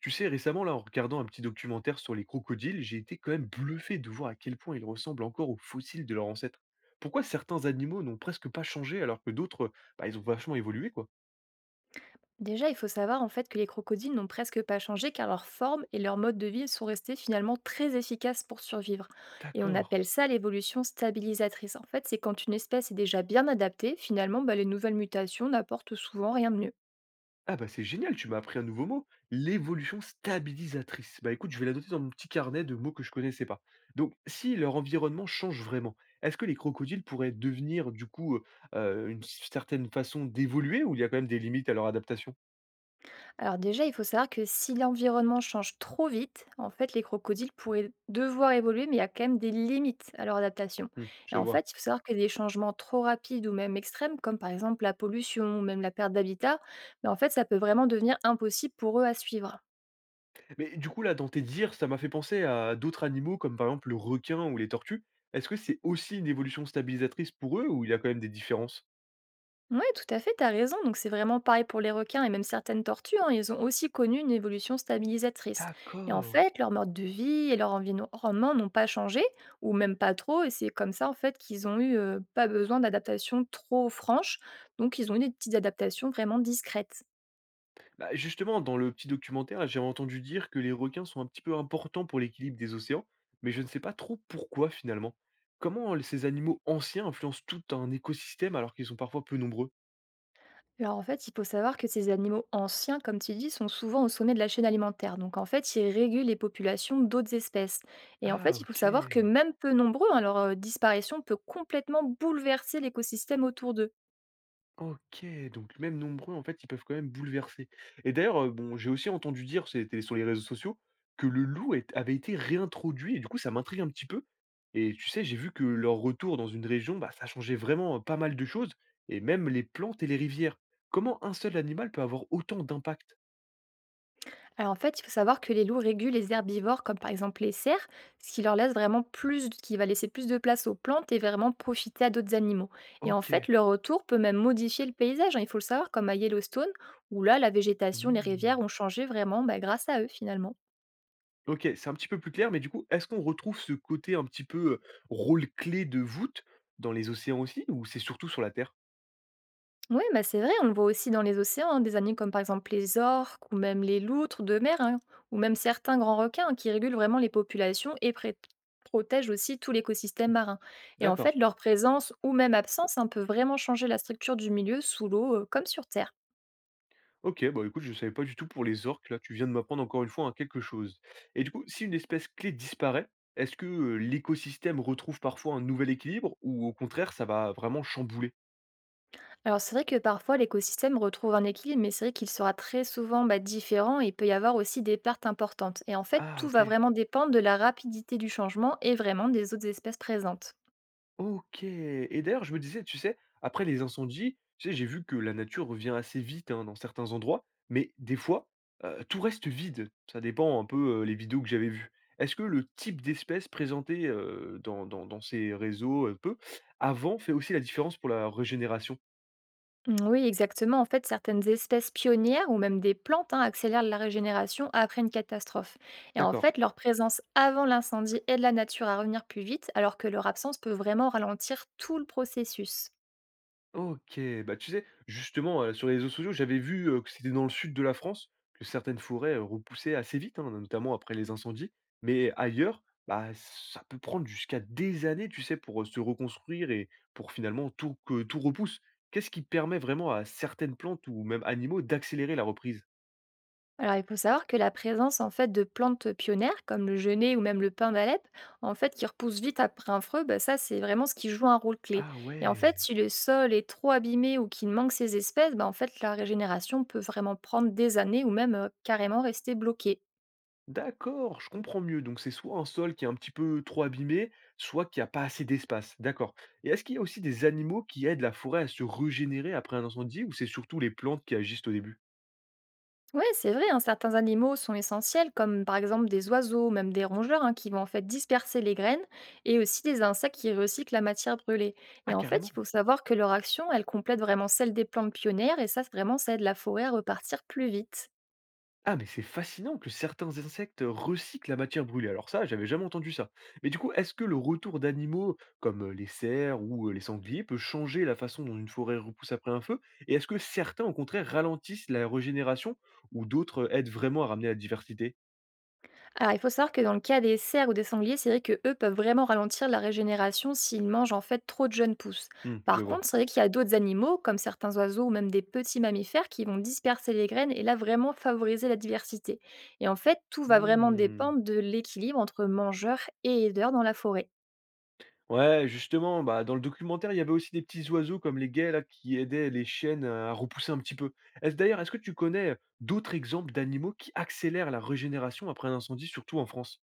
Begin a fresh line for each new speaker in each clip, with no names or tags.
Tu sais, récemment, là, en regardant un petit documentaire sur les crocodiles, j'ai été quand même bluffé de voir à quel point ils ressemblent encore aux fossiles de leurs ancêtres. Pourquoi certains animaux n'ont presque pas changé alors que d'autres, bah, ils ont vachement évolué, quoi.
Déjà, il faut savoir en fait que les crocodiles n'ont presque pas changé car leur forme et leur mode de vie sont restés finalement très efficaces pour survivre. Et on
D'accord.
appelle ça l'évolution stabilisatrice. En fait, c'est quand une espèce est déjà bien adaptée, finalement, bah, les nouvelles mutations n'apportent souvent rien de mieux.
Ah bah c'est génial, tu m'as appris un nouveau mot, l'évolution stabilisatrice. Bah écoute, je vais la noter dans mon petit carnet de mots que je connaissais pas. Donc, si leur environnement change vraiment, est-ce que les crocodiles pourraient devenir du coup une certaine façon d'évoluer ou il y a quand même des limites à leur adaptation.
Alors déjà, il faut savoir que si l'environnement change trop vite, en fait, les crocodiles pourraient devoir évoluer, mais il y a quand même des limites à leur adaptation. Et
Je
en
vois.
fait, il faut savoir que des changements trop rapides ou même extrêmes, comme par exemple la pollution ou même la perte d'habitat, ben en fait, ça peut vraiment devenir impossible pour eux à suivre.
Mais du coup, là, dans tes dires, ça m'a fait penser à d'autres animaux comme par exemple le requin ou les tortues. Est-ce que c'est aussi une évolution stabilisatrice pour eux ou il y a quand même des différences?
Ouais, tout à fait, tu as raison. Donc c'est vraiment pareil pour les requins et même certaines tortues, hein. Ils ont aussi connu une évolution stabilisatrice. Et en
D'accord.
fait, leur mode de vie et leur environnement n'ont pas changé, ou même pas trop. Et c'est comme ça, en fait, qu'ils ont eu pas besoin d'adaptations trop franches. Donc ils ont eu des petites adaptations vraiment discrètes.
Bah, justement, dans le petit documentaire, j'ai entendu dire que les requins sont un petit peu importants pour l'équilibre des océans, mais je ne sais pas trop pourquoi finalement. Comment ces animaux anciens influencent tout un écosystème alors qu'ils sont parfois peu nombreux?
Alors en fait, il faut savoir que ces animaux anciens, comme tu dis, sont souvent au sommet de la chaîne alimentaire. Donc en fait, ils régulent les populations d'autres espèces. Et en
Ah,
fait, il faut
ok.
savoir que même peu nombreux, hein, leur disparition peut complètement bouleverser l'écosystème autour d'eux.
OK, donc même nombreux, en fait, ils peuvent quand même bouleverser. Et d'ailleurs, bon, j'ai aussi entendu dire, c'était sur les réseaux sociaux, que le loup est avait été réintroduit et du coup, ça m'intrigue un petit peu. Et tu sais, j'ai vu que leur retour dans une région, bah, ça changeait vraiment, pas mal de choses et même les plantes et les rivières. Comment un seul animal peut avoir autant d'impact?
Alors en fait, il faut savoir que les loups régulent les herbivores, comme par exemple les cerfs, ce qui leur laisse vraiment plus, qui va laisser plus de place aux plantes et vraiment profiter à d'autres animaux. Et en
OK.
fait, leur retour peut même modifier le paysage, hein, il faut le savoir, comme à Yellowstone, où là, la végétation, les
Mmh.
rivières ont changé vraiment, bah, grâce à eux finalement.
OK, c'est un petit peu plus clair, mais du coup, est-ce qu'on retrouve ce côté un petit peu, rôle clé de voûte dans les océans aussi ou c'est surtout sur la terre?
Ouais, bah c'est vrai, on le voit aussi dans les océans, hein, des animaux comme par exemple les orques ou même les loutres de mer, hein, ou même certains grands requins, hein, qui régulent vraiment les populations et protègent aussi tout l'écosystème marin. Et en
D'accord.
fait, leur présence ou même absence, hein, peut vraiment changer la structure du milieu sous l'eau, comme sur Terre.
Ok, bah écoute, je savais pas du tout pour les orques, là tu viens de m'apprendre encore une fois hein, quelque chose. Et du coup, si une espèce clé disparaît, est-ce que l'écosystème retrouve parfois un nouvel équilibre ou au contraire ça va vraiment chambouler?
Alors c'est vrai que parfois l'écosystème retrouve un équilibre, mais c'est vrai qu'il sera très souvent, bah, différent et il peut y avoir aussi des pertes importantes. Et en fait,
Ah
tout
ok.
va vraiment dépendre de la rapidité du changement et vraiment des autres espèces présentes.
OK et d'ailleurs, je me disais, tu sais, après les incendies, tu sais, j'ai vu que la nature revient assez vite, hein, dans certains endroits, mais des fois, tout reste vide. Ça dépend un peu, les vidéos que j'avais vues. Est-ce que le type d'espèce présenté, dans ces réseaux, peu avant fait aussi la différence pour la régénération?
Mm. Oui, exactement. En fait, certaines espèces pionnières ou même des plantes, hein, accélèrent la régénération après une catastrophe. Et en
D'accord.
fait, leur présence avant l'incendie aide la nature à revenir plus vite, alors que leur absence peut vraiment ralentir tout le processus.
OK, bah, tu sais, justement, sur les réseaux sociaux, j'avais vu, que c'était dans le sud de la France que certaines forêts, repoussaient assez vite, hein, notamment après les incendies. Mais ailleurs, bah, ça peut prendre jusqu'à des années, tu sais, pour, se reconstruire et pour finalement tout que tout repousse. Qu'est-ce qui permet vraiment à certaines plantes ou même animaux d'accélérer la reprise?
Alors, il faut savoir que la présence en fait de plantes pionnières comme le genêt ou même le pin d'Alep, en fait, qui repoussent vite après un feu, bah, ça c'est vraiment ce qui joue un rôle clé.
Ah
Et en fait,
ouais!
si le sol est trop abîmé ou qu'il manque ces espèces, bah, en fait, la régénération peut vraiment prendre des années ou même carrément rester bloquée.
D'accord, je comprends mieux. Donc c'est soit un sol qui est un petit peu trop abîmé, soit qui a pas assez d'espace. D'accord. Et est-ce qu'il y a aussi des animaux qui aident la forêt à se régénérer après un incendie ou c'est surtout les plantes qui agissent au début?
Oui, c'est vrai, hein, certains animaux sont essentiels, comme par exemple des oiseaux, ou même des rongeurs, hein, qui vont en fait disperser les graines, et aussi des insectes qui recyclent la matière brûlée. Et
Ah
en fait, il
carrément.
faut savoir que leur action, elle complète vraiment celle des plantes pionnières, et ça, vraiment, ça aide la forêt à repartir plus vite.
Ah mais c'est fascinant que certains insectes recyclent la matière brûlée. Alors ça, j'avais jamais entendu ça. Mais du coup, est-ce que le retour d'animaux comme les cerfs ou les sangliers peut changer la façon dont une forêt repousse après un feu? Et est-ce que certains au contraire ralentissent la régénération ou d'autres aident vraiment à ramener la diversité?
Alors, il faut savoir que dans le cas des cerfs ou des sangliers, c'est vrai que eux peuvent vraiment ralentir la régénération s'ils mangent en fait trop de jeunes pousses.
Je
Par contre,
vois.
c'est vrai qu'il y a d'autres animaux, comme certains oiseaux ou même des petits mammifères, qui vont disperser les graines et là vraiment favoriser la diversité. Et en fait, tout va vraiment
Mmh.
dépendre de l'équilibre entre mangeurs et aideurs dans la forêt.
Ouais, justement, bah, dans le documentaire, il y avait aussi des petits oiseaux comme les guêles là, qui aidaient les chiennes à repousser un petit peu. Est-ce d'ailleurs, est-ce que tu connais d'autres exemples d'animaux qui accélèrent la régénération après un incendie, surtout en France?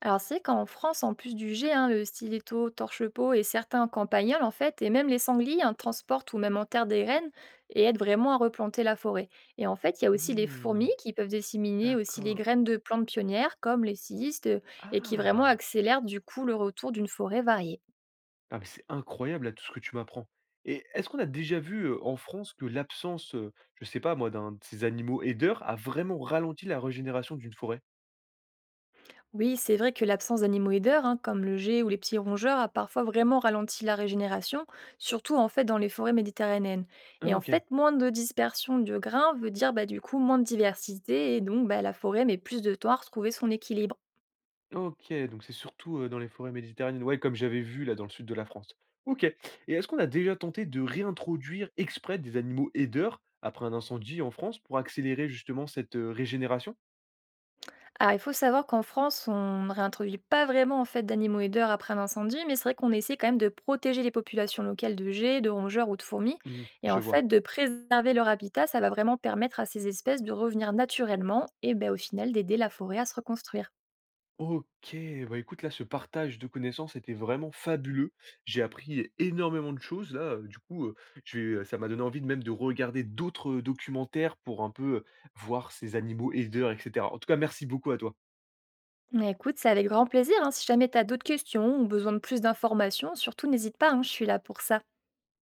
Alors c'est vrai qu'en France, en plus du jet, hein, le stiletto, torche-peau et certains campagnols, en fait, et même les sangliers, hein, transportent ou même enterrent des graines et aident vraiment à replanter la forêt. Et en fait, il y a aussi les
Mmh,
fourmis qui peuvent disséminer aussi les
d'accord.
graines de plantes pionnières, comme les silistes, et qui vraiment
Ah.
accélèrent du coup le retour d'une forêt variée.
Ah, mais c'est incroyable là, tout ce que tu m'apprends. Et est-ce qu'on a déjà vu en France que l'absence, je sais pas moi, d'un de ces animaux aideurs a vraiment ralenti la régénération d'une forêt?
Oui, c'est vrai que l'absence d'animaux aideurs, hein, comme le jet ou les petits rongeurs, a parfois vraiment ralenti la régénération, surtout en fait dans les forêts méditerranéennes. Et
Ah,
en
ok.
fait, moins de dispersion de grains veut dire, bah, du coup moins de diversité et donc, bah, la forêt met plus de temps à retrouver son équilibre.
OK, donc c'est surtout, dans les forêts méditerranéennes, ouais, comme j'avais vu là dans le sud de la France. OK et est-ce qu'on a déjà tenté de réintroduire exprès des animaux aideurs après un incendie en France pour accélérer justement cette, régénération?
Alors, il faut savoir qu'en France, on ne réintroduit pas vraiment en fait d'animaux aideurs après un incendie, mais c'est vrai qu'on essaie quand même de protéger les populations locales de geais, de rongeurs ou de fourmis.
Mmh,
Et en
je vois.
fait, de préserver leur habitat, ça va vraiment permettre à ces espèces de revenir naturellement et ben, au final d'aider la forêt à se reconstruire.
OK, bah, écoute là, ce partage de connaissances était vraiment fabuleux. J'ai appris énormément de choses là, du coup, je vais, ça m'a donné envie de même de regarder d'autres, documentaires pour un peu, voir ces animaux aideurs et cetera. En tout cas, merci beaucoup à toi.
Mais écoute, c'est avec grand plaisir, hein. Si jamais tu as d'autres questions ou besoin de plus d'informations, surtout n'hésite pas, hein, je suis là pour ça.